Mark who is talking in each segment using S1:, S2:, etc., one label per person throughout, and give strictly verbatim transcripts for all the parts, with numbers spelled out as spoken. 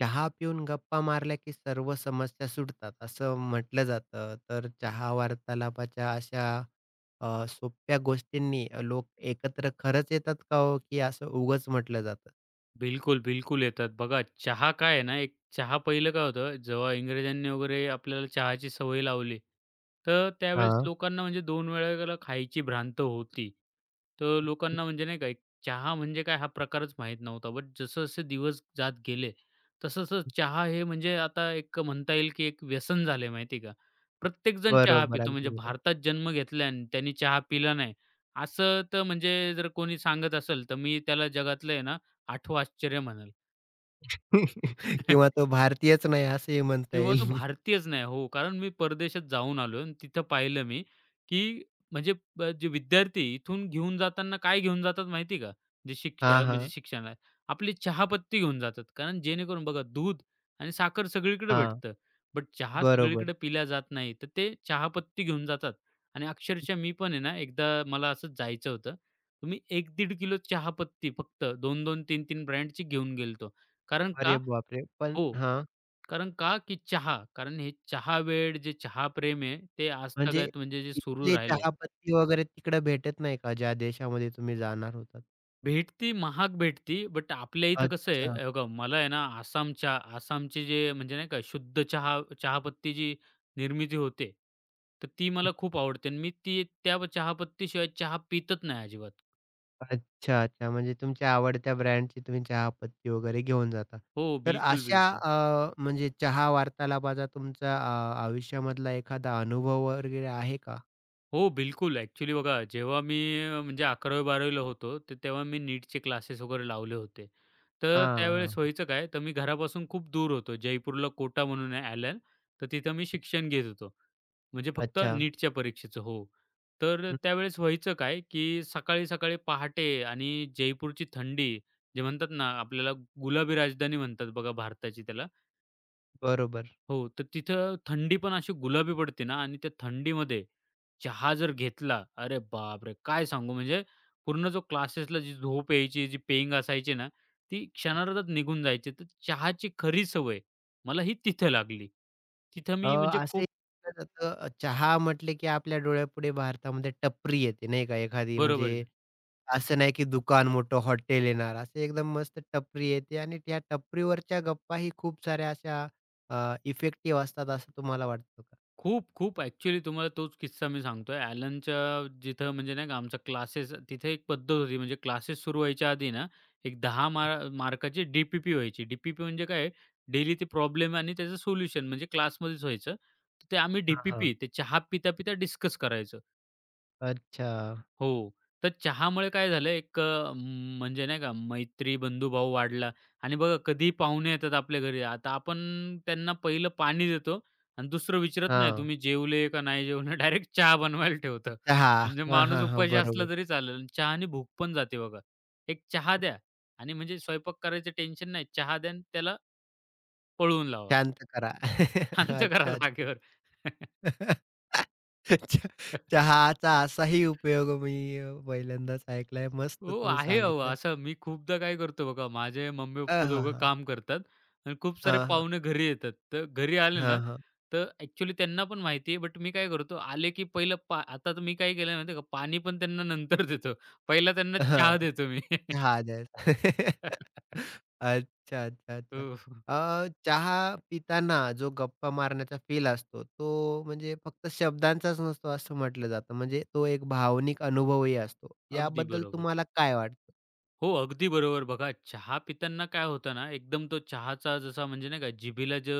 S1: चहा पिऊन गप्पा मारल्या की सर्व समस्या सुटतात असं म्हटलं जातं. तर चहा वार्तालापाच्या अशा अ, सोप्या गोष्टींनी लोक एकत्र खरंच येतात का हो, की असं उगाच म्हटलं जातं?
S2: बिलकुल, बिलकुल येतात. बघा चहा काय आहे ना, एक चहा पहिलं काय होतं, जेव्हा इंग्रजांनी वगैरे आपल्याला चहाची सवय लावली, तर त्यावेळेस
S1: हां,
S2: लोकांना म्हणजे दोन वेळेला खायची भ्रांत होती. तर लोकांना म्हणजे नाही का, एक चहा म्हणजे काय हा प्रकारच माहीत नव्हता. बट जसं-जसे दिवस जात गेले, तसं-तसं चहा हे म्हणजे आता एक म्हणता येईल, की एक व्यसन झालंय माहिती का. प्रत्येकजण चहा
S1: बरोबर.
S2: पितो. म्हणजे
S1: अगदी बरोबर.
S2: भारतात जन्म घेतला आणि त्यांनी चहा पिला नाही, असं तर म्हणजे जर कोणी सांगत असेल, तर मी त्याला जगातलं आहे ना, आठवं आश्चर्य म्हणाल
S1: किंवा तो भारतीयच नाही असंही म्हणता
S2: किंवा तो
S1: येईल.
S2: भारतीयच नाही. हो, कारण मी परदेशात जाऊन आलो, आणि तिथं पाहिलं मी, की म्हणजे ब जे विद्यार्थी इथून घेऊन जाताना काय घेऊन जातात माहिती आहे का? जे शिक्ष
S1: हां,
S2: अं, म्हणजे
S1: हां.
S2: शिक्षण आहे. आपली चहापत्ती घेऊन जातात. कारण जेणेकरून बघा दूध आणि साखर सगळीकडे
S1: हां,
S2: भेटतं. बट चहा
S1: बरोबर.
S2: सगळीकडे पिला जात नाही. तर ते चहापत्ती घेऊन जातात आणि अक्षरशः मी पण आहे ना, एकदा मला असंच जायचं होतं. तर मी एक किलो चहापत्ती फक्त दोन दोन, तीन तीन ब्रँडची घेऊन गेलो कारण
S1: अरे
S2: का?
S1: बापरे! पण
S2: हो.
S1: हां,
S2: कारण का, की चहा. कारण हे चहा वेड, जे चहा प्रेम आहे, ते
S1: म्हणजे
S2: आजतागायत म्हणजे जे सुरू
S1: इथले
S2: राहिले.
S1: चहापत्ती वगैरे तिकडे भेटत नाही का, ज्या देशामध्ये तुम्ही जाणार होतात?
S2: भेटती, महाग भेटती, बट आपल्या इथं कसं आहे,
S1: अच्छा.
S2: हे बघा मला आहे ना आसाम चहा, आसामचे जे म्हणजे नाही का शुद्ध चहा चहापत्ती जी निर्मिती होते, तर ती मला खूप आवडते आणि मी ती त्या चहापत्तीशिवाय चहा पितच नाही अजिबात.
S1: अच्छा, अच्छा. म्हणजे तुमच्या आवडत्या ब्रँडची तुम्ही चहापत्ती वगैरे घेऊन जाता.
S2: हो,
S1: तर
S2: बिलकुल,
S1: अशा
S2: बिलकुल.
S1: अ, म्हणजे चहा वार्तालापाचा तुमचा अ, आयुष्यामधला एखादा अनुभव वगैरे आहे का?
S2: हो, बिलकुल. ॲक्चुअली बघा, जेव्हा मी अ, म्हणजे 11वी-12वी होतो, तर तेव्हा मी नीटचे क्लासेस वगैरे लावले होते. तर
S1: हां,
S2: त्यावेळेस
S1: हां.
S2: व्हायचं काय, तर मी घरापासून खूप दूर होतो. जयपूरला कोटा म्हणून आहे आयलँड, तर तिथं मी शिक्षण घेत होतो. म्हणजे फक्त
S1: अच्छा.
S2: नीटच्या परीक्षेचं हो. तर
S1: हं,
S2: त्यावेळेस व्हायचं काय, की सकाळी-सकाळी पहाटे आणि जयपूरची थंडी, जे म्हणतात ना, आपल्याला गुलाबी राजधानी म्हणतात बघा भारताची त्याला.
S1: बरोबर.
S2: हो, तर तिथं थंडी पण अशी गुलाबी पडते ना आणि त्या थंडीमध्ये चहा जर घेतला, अरे बापरे! काय सांगू म्हणजे पूर्ण जो क्लासेसला जी झोप यायची, जी पेंग असायची ना, ती क्षणार्धात निघून जायची. तर चहाची खरी सवय मला ही तिथं लागली. तिथं
S1: अ,
S2: मी म्हणजे
S1: असंही
S2: खूप
S1: म्हटलं जातं, अ, चहा म्हटले की आपल्या डोळ्यापुढे भारतामध्ये टपरी येते नाही का एखादी,
S2: बरोबर.
S1: म्हणजे असं नाही की दुकान मोठं हॉटेल येणार. असं एकदम मस्त टपरी येते आणि त्या टपरीवरच्या गप्पाही खूप साऱ्या अशा अ, इफेक्टिव्ह असतात असं तुम्हाला वाटतं का?
S2: खूप, खूप. ॲक्चुअली तुम्हाला तोच किस्सा मी सांगतोय. ॲलनच्या जिथं म्हणजे नाही का आमचा क्लासेस तिथे एक पद्धत होती म्हणजे क्लासेस सुरू व्हायच्या आधी ना, एक दहा मार मार्काची डी-पी-पी व्हायची. डी पी म्हणजे काय डेली ते प्रॉब्लेम आणि त्याचं सोल्युशन म्हणजे क्लासमध्येच व्हायचं. तर ते आम्ही डी
S1: हां, हां.
S2: ते चहा पिता-पिता डिस्कस करायचो.
S1: अच्छा.
S2: हो. तर चहामुळे काय झालं एक अ, म, म्हणजे नाही का मैत्री, बंधुभाव वाढला आणि बघा कधीही पाहुणे येतात आपल्या घरी. आता आपण त्यांना पहिलं पाणी देतो आणि दुसरं विचारत नाही
S1: हां.
S2: तुम्ही जेवले का नाही जेवले? डायरेक्ट चहा बनवायला ठेवतं.
S1: चहा.
S2: म्हणजे
S1: हां,
S2: माणूस
S1: हां, हां.
S2: उपाशी असला
S1: बरोबर.
S2: तरी चालेल आणि चहाने भूक पण जाते बघा. एक चहा द्या आणि म्हणजे स्वयंपाक करायचं टेन्शन नाही. चहा द्या आणि त्याला पळवून लावा.
S1: शांत करा.
S2: शांत करा
S1: अच्छा.
S2: जागेवर.
S1: अच्छा. चहाचा असाही उपयोग मी अ, पहिल्यांदाच ऐकलाय. मस्त
S2: हो,
S1: तुम्ही
S2: आहे अहो.
S1: सांगितलं.
S2: असं मी खूपदा काय करतो बघा, माझे
S1: अ,
S2: मम्मी-पप्पा
S1: हां,
S2: दोघं
S1: हां.
S2: काम करतात आणि खूप सारे
S1: हां, हां.
S2: पाहुणे घरी येतात. तर घरी आले
S1: हां,
S2: ना,
S1: हां.
S2: तर ॲक्चुअली त्यांना पण माहिती आहे, बट मी काय करतो, आले की पहिलं पा आता तर मी काय केलं माहिती का, पाणी पण त्यांना नंतर देतो. पहिला त्यांना
S1: हां.
S2: चहा देतो मी.
S1: चहा द्यायचा. अच्छा, अच्छा, अच्छा.
S2: हो.
S1: अ, चहा पिताना जो गप्पा मारण्याचा फील असतो, तो म्हणजे फक्त शब्दांचाच नसतो असं म्हटलं जातं. म्हणजे तो एक भावनिक अनुभवही असतो.
S2: अगदी
S1: याबद्दल
S2: बरोबर.
S1: तुम्हाला काय वाटतं?
S2: हो, अगदी बरोबर. बघा चहा पिताना काय होतं ना, एकदम तो चहाचा जसा म्हणजे नाही का जिभेला जो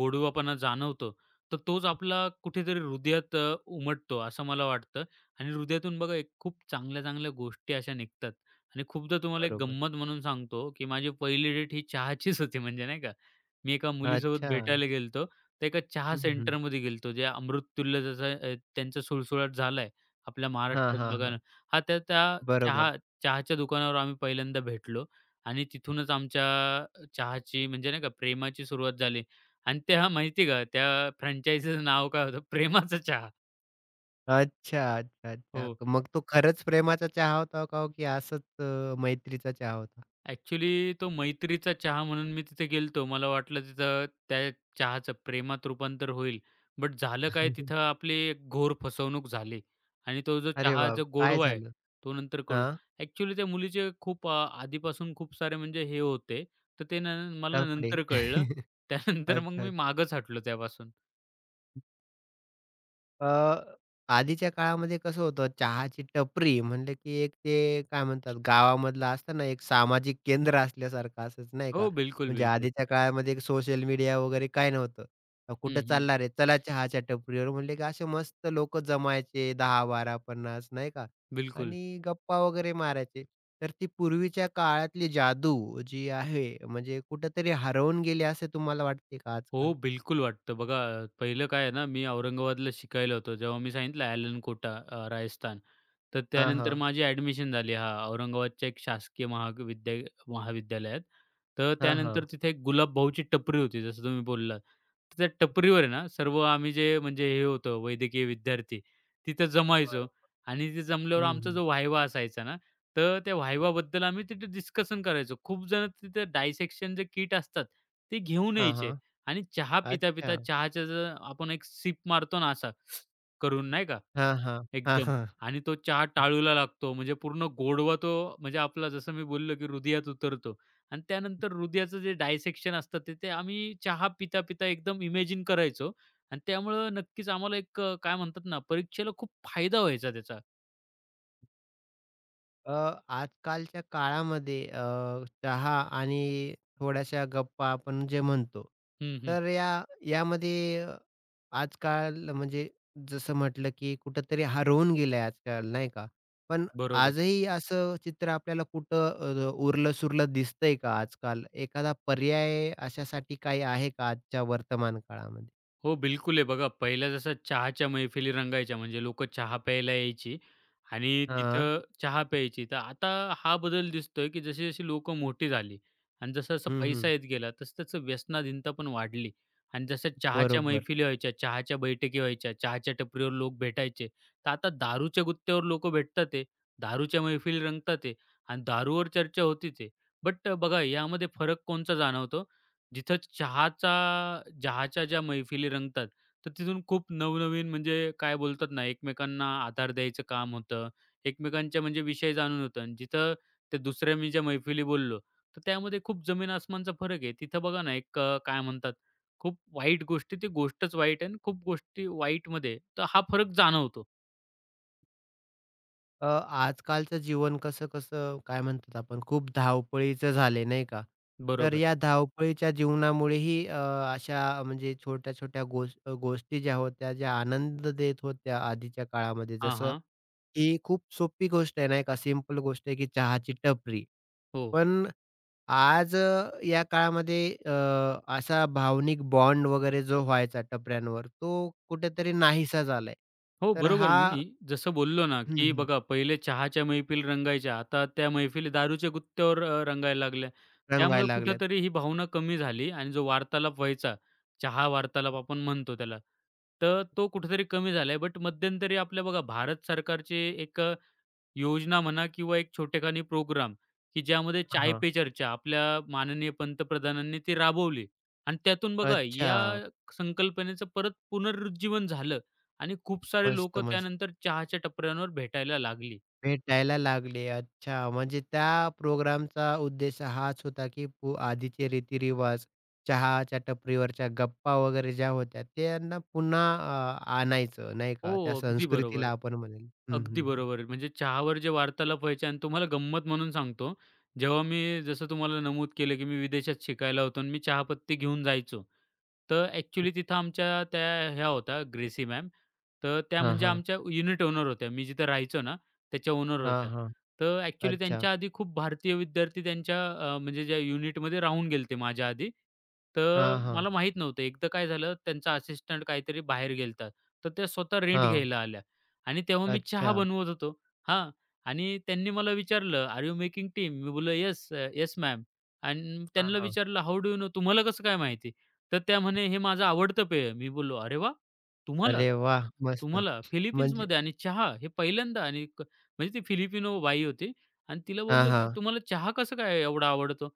S2: गोडवापणा जाणवतो, तर तोच आपला कुठेतरी हृदयात अ, उमटतो असं मला वाटतं आणि हृदयातून बघा एक खूप चांगल्या-चांगल्या गोष्टी अशा निघतात आणि खूपदा तुम्हाला एक
S1: बरोबर.
S2: गंमत म्हणून सांगतो, की माझी पहिली डेट ही चहाचीच होती म्हणजे नाही का. मी एका मुलीसोबत
S1: अच्छा.
S2: भेटायला गेलो तर एका चहा
S1: हं, हं.
S2: सेंटरमध्ये गेलो जे अमृततुल्य जसं अ, त्यांचा सुळसुळाट झालाय आपल्या
S1: हां,
S2: महाराष्ट्रात
S1: हां,
S2: बघा ना.
S1: हां.
S2: हां, तर त्या चहा
S1: बरोबर.
S2: चहाच्या दुकानावर आम्ही पहिल्यांदा भेटलो आणि तिथूनच आमच्या अ, चहाची म्हणजे नाही का प्रेमाची सुरुवात झाली आणि ते हां, माहिती का त्या फ्रँचाइझीचं नाव काय होतं प्रेमाचा चहा.
S1: अच्छा, अच्छा,
S2: हो.
S1: अच्छा. मग तो खरंच प्रेमाचा चहा होता का हो, की असंच अ, मैत्रीचा चहा होता?
S2: ॲक्चुअली तो मैत्रीचा चहा म्हणून मी तिथे गेलतो. मला वाटलं तिथं त्या चहाचं प्रेमात रूपांतर होईल. बट झालं काय तिथं आपली एक घोर फसवणूक झाली आणि तो जो
S1: अरे
S2: चहा
S1: बाप!
S2: जो
S1: काय
S2: गोडवा आहे,
S1: झालं?
S2: तो नंतर कळू
S1: हां,
S2: ॲक्चुअली त्या मुलीचे खूप अ, आधीपासून खूप सारे म्हणजे हे होते. तर ते न मला
S1: लफडे.
S2: नंतर कळलं. त्यानंतर मग
S1: अच्छा,
S2: मी
S1: अच्छा.
S2: मागच हटलो त्यापासून.
S1: अ, आधीच्या काळामध्ये कसं होतं, चहाची टपरी म्हणलं की एक ते काय म्हणतात, गावामधलं असतं ना, एक सामाजिक केंद्र असल्यासारखं असंच नाही का?
S2: हो, बिलकुल,
S1: म्हणजे
S2: बिलकुल.
S1: आधीच्या काळामध्ये एक सोशल मीडिया वगैरे काय नव्हतं. अ,
S2: हं,
S1: "कुठं
S2: हं.
S1: चालला रे? चला चहाच्या टपरीवर." म्हणले की असे मस्त लोकं जमायचे दहा, बारा, पन्नास नाही का?
S2: बिलकुल.
S1: आणि गप्पा वगैरे मारायचे. तर ती पूर्वीच्या काळातली जादू जी आहे, म्हणजे कुठेतरी हरवून गेली असे तुम्हाला वाटते का
S2: हो,
S1: आजकाल?
S2: बिलकुल वाटतं. बघा अ, पहिलं काय आहे ना, मी औरंगाबादला शिकायला होतो. जेव्हा मी सांगितलं ॲलन कोटा अ, राजस्थान. तर
S1: हां,
S2: त्यानंतर
S1: हां.
S2: माझी ॲडमिशन झाली हां, औरंगाबादच्या एक शासकीय महाविद्या महाविद्यालयात. तर
S1: हां,
S2: त्यानंतर
S1: हां.
S2: तिथे एक गुलाबभाऊची टपरी होती, जसं तुम्ही बोललात. तर त्या टपरीवर आहे ना, सर्व आम्ही जे म्हणजे हे होतो वैद्यकीय विद्यार्थी, तिथं जमायचो
S1: बरोबर.
S2: आणि तिथे जमल्यावर
S1: हं,
S2: आमचा
S1: हं.
S2: जो व्हायवा असायचा ना, तर त्या व्हायवाबद्दल आम्ही तिथे डिस्कशन करायचो. खूप जण तिथे डायसेक्शनचे किट असतात, ते घेऊन
S1: हां,
S2: यायचे.
S1: हां.
S2: आणि चहा पिता-पिता
S1: अच्छा.
S2: चहाच्या जर आपण एक सिप मारतो ना असा करून नाही का
S1: हां, हां. हां,
S2: एकदम
S1: हां.
S2: आणि तो चहा टाळूला लागतो. म्हणजे पूर्ण गोडवा तो म्हणजे आपला जसं मी बोललो, की हृदयात उतरतो आणि त्यानंतर हृदयाचं जे डायसेक्शन असतं ते ते आम्ही चहा पिता-पिता एकदम इमेजिन करायचो आणि त्यामुळं नक्कीच आम्हाला एक अ, काय म्हणतात ना परीक्षेला खूप फायदा व्हायचा त्याचा.
S1: अ, आजकालच्या काळामध्ये अ, चहा आणि थोड्याशा गप्पा आपण जे म्हणतो,
S2: हं, हं.
S1: तर या यामध्ये आजकाल म्हणजे जसं म्हटलं, की कुठेतरी हरवून गेलंय आजकाल नाही का? पण
S2: बरोबर.
S1: आजही असं चित्र आपल्याला कुठं अ, उरलं-सुरलं दिसतंय का आजकाल? एखादा पर्याय अशासाठी काही आहे का आजच्या वर्तमान काळामध्ये?
S2: हो, बिलकुल आहे. बघा पहिल्या जसं चहाच्या मैफिली रंगायच्या म्हणजे लोक चहा प्यायला यायची आणि
S1: हां.
S2: तिथं चहा प्यायची. तर आता हा बदल दिसतोय, की जशी-जशी लोकं मोठी झाली आणि जसा-जसा
S1: हं,
S2: पैसा
S1: हं.
S2: येत गेला, तसं-तसं व्यसनाधीनता पण वाढली आणि जसं चहाच्या
S1: बरोबर.
S2: मैफिली व्हायच्या, चहाच्या बैठकी व्हायच्या, चहाच्या टपरीवर लोक भेटायचे. तर आता दारूच्या गुत्त्यावर लोकं भेटतात आहे, दारूच्या मैफिली रंगतात आहे आणि दारूवर चर्चा होतीच आहे. बट बघा यामध्ये फरक कोणचा जाणवतो? जिथं चहाचा चहाच्या ज्या मैफिली रंगतात, तर तिथून खूप नवनवीन म्हणजे काय बोलतात ना, एकमेकांना आधार द्यायचं काम होतं. एकमेकांच्या म्हणजे विषय जाणून होतं आणि जिथं ते दुसऱ्या मी ज्या मैफिली बोललो, तर त्यामध्ये खूप जमीन आसमानचा फरक आहे. तिथं बघा ना, एक अ, काय म्हणतात, खूप वाईट गोष्टी, ती गोष्टच वाईट आहे आणि खूप गोष्टी वाईटमध्ये, तर हा फरक जाणवतो.
S1: अ, आजकालचं जीवन कसं-कसं काय म्हणतात आपण खूप धावपळीचं झाले नाही का? तर
S2: बरोबर.
S1: या धावपळीच्या जीवनामुळेही अ, अशा म्हणजे छोट्या-छोट्या गोष गोष्टी ज्या होत्या, ज्या आनंद देत होत्या आधीच्या काळामध्ये,
S2: हां,
S1: जसं
S2: हां.
S1: ही खूप सोपी गोष्ट आहे नाही का, सिंपल गोष्ट आहे की चहाची टपरी.
S2: हो.
S1: पण आज अ, या काळामध्ये अ, असा भावनिक बॉन्ड वगैरे जो व्हायचा टपऱ्यांवर तो कुठेतरी नाहीसा झालाय.
S2: हो,
S1: तर
S2: बरोबर.
S1: हा
S2: मी जसं बोललो ना,
S1: हं,
S2: की
S1: हं.
S2: बघा पहिले चहाच्या मैफिल रंगायच्या, आता त्या मैफिली दारूच्या गुत्त्यावर अ, रंगायला लागल्या. त्यामुळे
S1: रंगायला लागल्यात.
S2: कुठेतरी ही भावना कमी झाली आणि जो वार्तालाप व्हायचा, चहा वार्तालाप आपण म्हणतो त्याला, तर तो कुठेतरी कमी झालाय. बट मध्यंतरी आपल्या बघा भारत सरकारचे एक योजना म्हणा किंवा एक छोटेखानी प्रोग्राम, की ज्यामध्ये चाय पे चर्चा आपल्या माननीय पंतप्रधानांनी ती राबवली आणि त्यातून बघा
S1: अच्छा.
S2: या संकल्पनेचं परत पुनरुज्जीवन झालं आणि खूप सारे
S1: मस्त,
S2: लोकं
S1: मस्त.
S2: त्यानंतर चहाच्या टपऱ्यांवर भेटायला लागली.
S1: भेटायला लागले. अच्छा. म्हणजे त्या प्रोग्रामचा उद्देश हाच होता, की पू आधीचे रीतिरिवाज, चहाच्या टपरीवरच्या गप्पा वगैरे ज्या होत्या, त्यांना पुन्हा अ, आणायचं नाही
S2: हो,
S1: का? त्या
S2: अगदी
S1: संस्कृतीला
S2: बरोबर.
S1: आपण म्हणेल. हं,
S2: अगदी
S1: हं, हं.
S2: बरोबर आहे. म्हणजे चहावर जे वार्तालाप व्हायचे आणि तुम्हाला गंमत म्हणून सांगतो, जेव्हा मी जसं तुम्हाला नमूद केलं, की मी विदेशात शिकायला होतो आणि मी चहापत्ती घेऊन जायचो. तर ॲक्चुअली तिथं आमच्या त्या ह्या होत्या ग्रेसी मॅम. तर त्या
S1: हां,
S2: म्हणजे
S1: हां.
S2: आमच्या युनिट ओनर होत्या. मी जिथं राहायचो ना, त्याच्या ओनर
S1: हां,
S2: होत्या.
S1: हां.
S2: तर ॲक्चुअली
S1: अच्छा.
S2: त्यांच्या आधी खूप भारतीय विद्यार्थी त्यांच्या अ, म्हणजे ज्या युनिटमध्ये राहून गेले माझ्या आधी. तर
S1: हां, हां.
S2: मला माहीत नव्हतं. एकदा काय झालं, त्यांचा असिस्टंट काहीतरी बाहेर गेला तर त्या स्वतः रेंट
S1: हां.
S2: घ्यायला आल्या. आणि तेव्हा मी चहा
S1: अच्छा.
S2: बनवत होतो. हां. आणि त्यांनी मला विचारलं, "आर यू मेकिंग टी?" मी बोललो, "येस, अ, येस मॅम." आणि
S1: हां,
S2: त्यांना
S1: हां.
S2: विचारलं, "हाऊ डू यू नो?" "तुम्हाला कसं काय माहिती?" तर त्या म्हणे, "हे माझं आवडतं पेय आहे." मी बोललो, "अरे वाह! तुम्हाला?
S1: अरे वाह! मस्त.
S2: तुम्हाला?
S1: म्हणजे
S2: फिलिपिन्समध्ये आणि चहा? हे पहिल्यांदा?" आणि क म्हणजे ती फिलिपिनो बाई होती आणि तिला
S1: हां,
S2: बोललं, की
S1: हां.
S2: "तुम्हाला चहा कसं काय एवढा आवडतो?"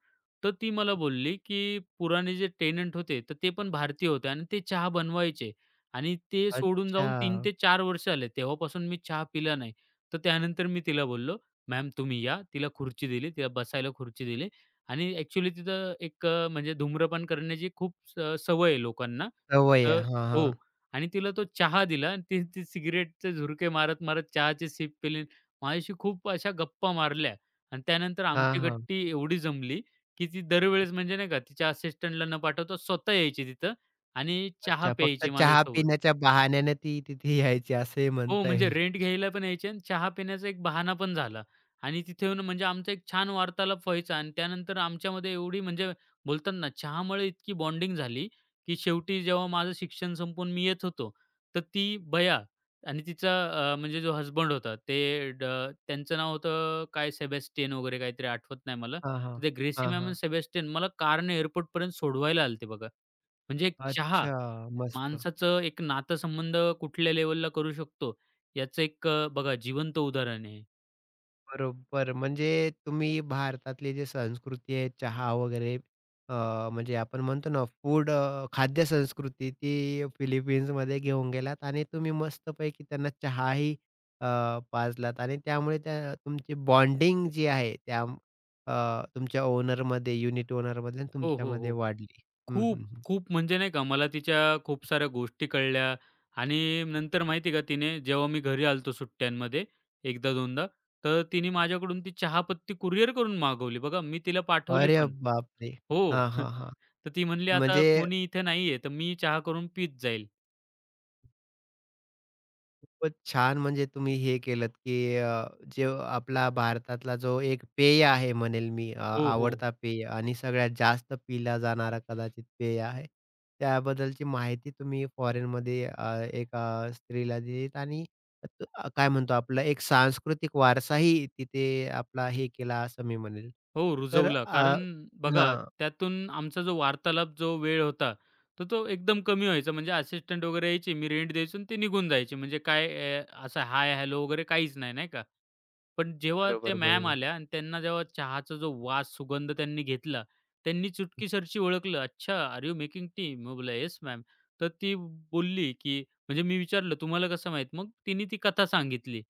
S2: तर ती मला बोलली, की पुराणे जे टेनंट होते, तर ते पण भारतीय होते आणि ते चहा बनवायचे. आणि ते सोडून
S1: अच्छा.
S2: जाऊन तीन ते चार वर्ष आले. तेव्हापासून मी चहा पिला नाही. तर त्यानंतर मी तिला बोललो, "मॅम तुम्ही या." तिला खुर्ची दिली. तिला बसायला खुर्ची दिली आणि ॲक्चुअली तिथं एक अ, म्हणजे धूम्रपान करण्याची खूप स सवय आहे लोकांना.
S1: सवय आहे.
S2: तर
S1: हां, हां.
S2: हो. आणि तिला तो चहा दिला आणि ती ती सिगारेटचे झुरके मारत-मारत चहाची सिप पिली. माझ्याशी खूप अशा गप्पा मारल्या आणि त्यानंतर
S1: हां,
S2: आमची
S1: हां.
S2: गट्टी एवढी जमली, की ती दरवेळेस म्हणजे नाही का तिच्या असिस्टंटला न पाठवता स्वतः यायची तिथं आणि चहा
S1: अच्छा, फक्त
S2: प्यायची
S1: चहा
S2: माझ्यासोबत.
S1: पिण्याच्या बहाण्याने ती तिथे यायची असंही
S2: हो,
S1: म्हणता
S2: म्हणजे
S1: येईल.
S2: रेंट घ्यायला पण यायचे आणि चहा पिण्याचा एक बहाणा पण झाला. आणि तिथे येऊन म्हणजे आमचा एक छान वार्तालाप व्हायचा आणि त्यानंतर आमच्यामध्ये एवढी म्हणजे बोलतात ना, चहामुळे इतकी बॉन्डिंग झाली, की शेवटी जेव्हा माझं शिक्षण संपवून मी येत होतो, तर ती बया आणि तिचा अ, म्हणजे जो हसबंड होता ते ड त्यांचं नाव होतं काय सेबॅस्टियन वगैरे काहीतरी आठवत नाही मला.
S1: हां, हां.
S2: तर ते ग्रेसी
S1: हां,
S2: मॅम
S1: हां.
S2: आणि सेबॅस्टियन मला कारने एअरपोर्टपर्यंत सोडवायला आले बघा. म्हणजे एक चहा
S1: अच्छा, मस्त.
S2: माणसाचं एक नातेसंबंध कुठल्या लेवलला करू शकतो, याचं एक अ, बघा जिवंत उदाहरण आहे.
S1: बरोबर. म्हणजे तुम्ही भारतातली जी संस्कृती आहे चहा वगैरे, अ, म्हणजे आपण म्हणतो ना फूड, अ, खाद्य संस्कृती, ती फिलिपिन्समध्ये घेऊन गेलात आणि तुम्ही मस्तपैकी त्यांना चहाही अ, पाजलात आणि त्यामुळे त्या तुमची बॉन्डिंग जी आहे त्या अ, तुमच्या ओनरमध्ये, युनिट ओनरमध्ये आणि
S2: हो, हो,
S1: तुमच्यामध्ये
S2: हो.
S1: वाढली. हं,
S2: खूप,
S1: हं, हं.
S2: खूप म्हणजे नाही का मला तिच्या खूप साऱ्या गोष्टी कळल्या आणि नंतर माहिती आहे का तिने जेव्हा मी घरी आलो होतो सुट्ट्यांमध्ये एकदा-दोनदा, तर तिने माझ्याकडून ती चहापत्ती कुरिअर करून मागवली. बघा मी तिला पाठवली
S1: अरे
S2: पण.
S1: बापरे!
S2: हो.
S1: हां, हां, हां.
S2: तर ती म्हणली, "आता
S1: म्हणजे
S2: कोणी इथे नाहीये, तर मी चहा करून पीत जाईल."
S1: खूपच छान म्हणजे तुम्ही हे केलंत, की अ, जे आपला भारतातला जो एक पेय आहे म्हणेल मी, अ,
S2: हो, हो.
S1: आवडता पेय आणि सगळ्यात जास्त पिला जाणारा कदाचित पेय आहे. त्याबद्दलची माहिती तुम्ही फॉरेनमध्ये अ, एका स्त्रीला दिलीत आणि त अ, काय म्हणतो आपला एक सांस्कृतिक वारसाही तिथे आपला हे केला असं मी म्हणेल.
S2: हो,
S1: तर
S2: रुजवला.
S1: अ,
S2: कारण बघा,
S1: हां.
S2: त्यातून आमचा जो वार्तालाप, जो वेळ होता, तो तो एकदम कमी व्हायचा. म्हणजे असिस्टंट वगैरे यायचे, मी रेंट द्यायचो आणि ते निघून जायचे. म्हणजे काय अ, असं हाय, हॅलो वगैरे काहीच नाही, नाही का? पण जेव्हा त्या
S1: बरोबर,
S2: मॅम
S1: बरोबर.
S2: आल्या आणि त्यांना जेव्हा चहाचा जो वास, सुगंध त्यांनी घेतला, त्यांनी चुटकीसरशी ओळखलं, "अच्छा, आर यू मेकिंग टी?" मी बोलला, "येस मॅम." तर ती बोलली, की म्हणजे मी विचारलं, "तुम्हाला कसं माहीत?" मग तिने ती कथा सांगितली.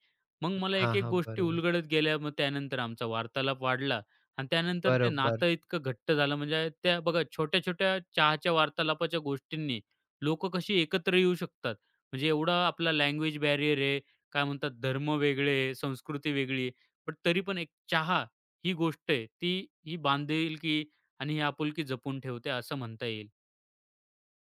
S2: मग मला
S1: हां,
S2: एक-एक
S1: हां.
S2: गोष्टी
S1: बरोबर.
S2: उलगडत गेल्या. मग त्यानंतर आमचा वार्तालाप वाढला आणि त्यानंतर ते
S1: बरोबर.
S2: नातं इतकं घट्ट झालं. म्हणजे त्या बघा छोट्या-छोट्या चहाच्या वार्तालापाच्या गोष्टींनी लोकं कशी एकत्र येऊ शकतात. म्हणजे एवढा आपला लँग्वेज बॅरियर आहे. काय म्हणतात धर्म वेगळे, संस्कृती वेगळी, पण तरी पण एक चहा ही गोष्ट आहे, ती ही बांधिलकी आणि ही आपुलकी जपून ठेवते असं म्हणता येईल.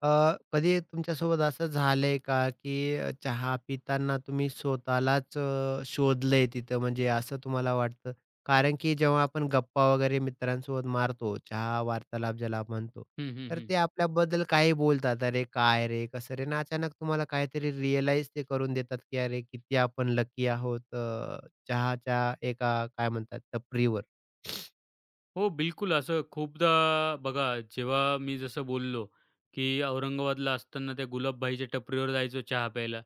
S1: अ, कधी तुमच्यासोबत असं झालंय का, की अ, चहा पिताना तुम्ही स्वतःलाच अ, शोधलंय तिथं म्हणजे असं तुम्हाला वाटतं? कारण की जेव्हा आपण गप्पा वगैरे मित्रांसोबत मारतो, चहा वार्तालाप ज्याला म्हणतो,
S2: हं, हं,
S1: तर
S2: हं.
S1: ते आपल्याबद्दल काही बोलतात. "अरे काय रे? कसं रे?" आणि अचानक तुम्हाला काहीतरी रिअलाईज ते करून देतात, की "अरे किती आपण लकी आहोत, अ, चहाच्या एका काय म्हणतात टपरीवर."
S2: हो, बिलकुल. असं खूपदा बघा, जेव्हा मी जसं बोललो, की औरंगाबादला असताना त्या गुलाबबाईच्या टपरीवर जायचो चहा प्यायला.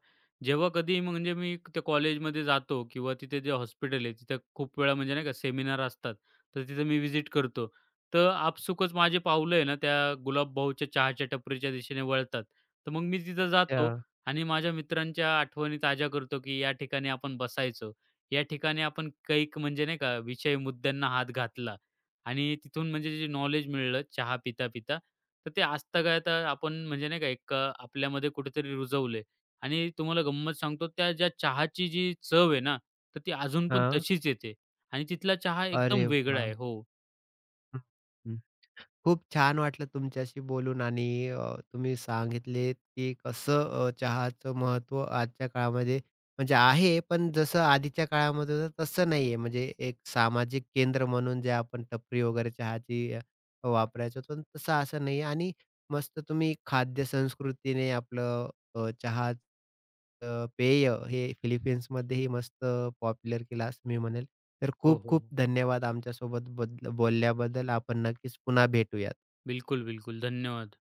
S2: जेव्हा कधी म्हणजे मी त्या कॉलेजमध्ये जातो किंवा तिथे जे हॉस्पिटल आहे, तिथं खूप वेळा म्हणजे नाही का सेमिनार असतात, तर तिथं मी व्हिजिट करतो. तर आपसुकच माझे पाऊलं आहे ना, त्या गुलाबभाऊच्या चहाच्या टपरीच्या दिशेने वळतात. तर मग मी तिथं
S1: अच्छा.
S2: जातो आणि माझ्या मित्रांच्या आठवणी ताज्या करतो, की या ठिकाणी आपण बसायचो. या ठिकाणी आपण कैक म्हणजे नाही का विषय मुद्द्यांना हात घातला. आणि तिथून म्हणजे जे नॉलेज मिळलं चहा पिता-पिता, तर ते आजतागायत आपण म्हणजे नाही का एक अ, आपल्यामध्ये कुठेतरी रुजवले आणि तुम्हाला गंमत सांगतो त्या ज्या चहाची जी चव आहे ना, तर ती अजून पण
S1: हां.
S2: तशीच येते आणि तिथला चहा एकदम
S1: अरे
S2: वेगळा
S1: वाह!
S2: आहे. हो.
S1: हं. हं. खूप छान वाटलं तुमच्याशी बोलून आणि अ, तुम्ही सांगितलेत, की कसं अ, चहाचं महत्त्व आजच्या काळामध्ये म्हणजे आहे, पण जसं आधीच्या काळामध्ये होतं तसं नाहीये. म्हणजे एक सामाजिक केंद्र म्हणून जे आपण टपरी वगैरे चहाची अ, वापरायचो, पण तसं असं नाहीये. आणि मस्त तुम्ही खाद्य संस्कृतीने आपलं अ, चहाचं पेय हे फिलिपिन्समध्येही मस्त पॉप्युलर केलं असं मी म्हणेल. तर
S2: हो,
S1: खूप
S2: हो,
S1: खूप
S2: हो.
S1: धन्यवाद आमच्यासोबत बदल बोलल्याबद्दल. आपण नक्कीच पुन्हा भेटूयात.
S2: बिलकुल, बिलकुल. धन्यवाद.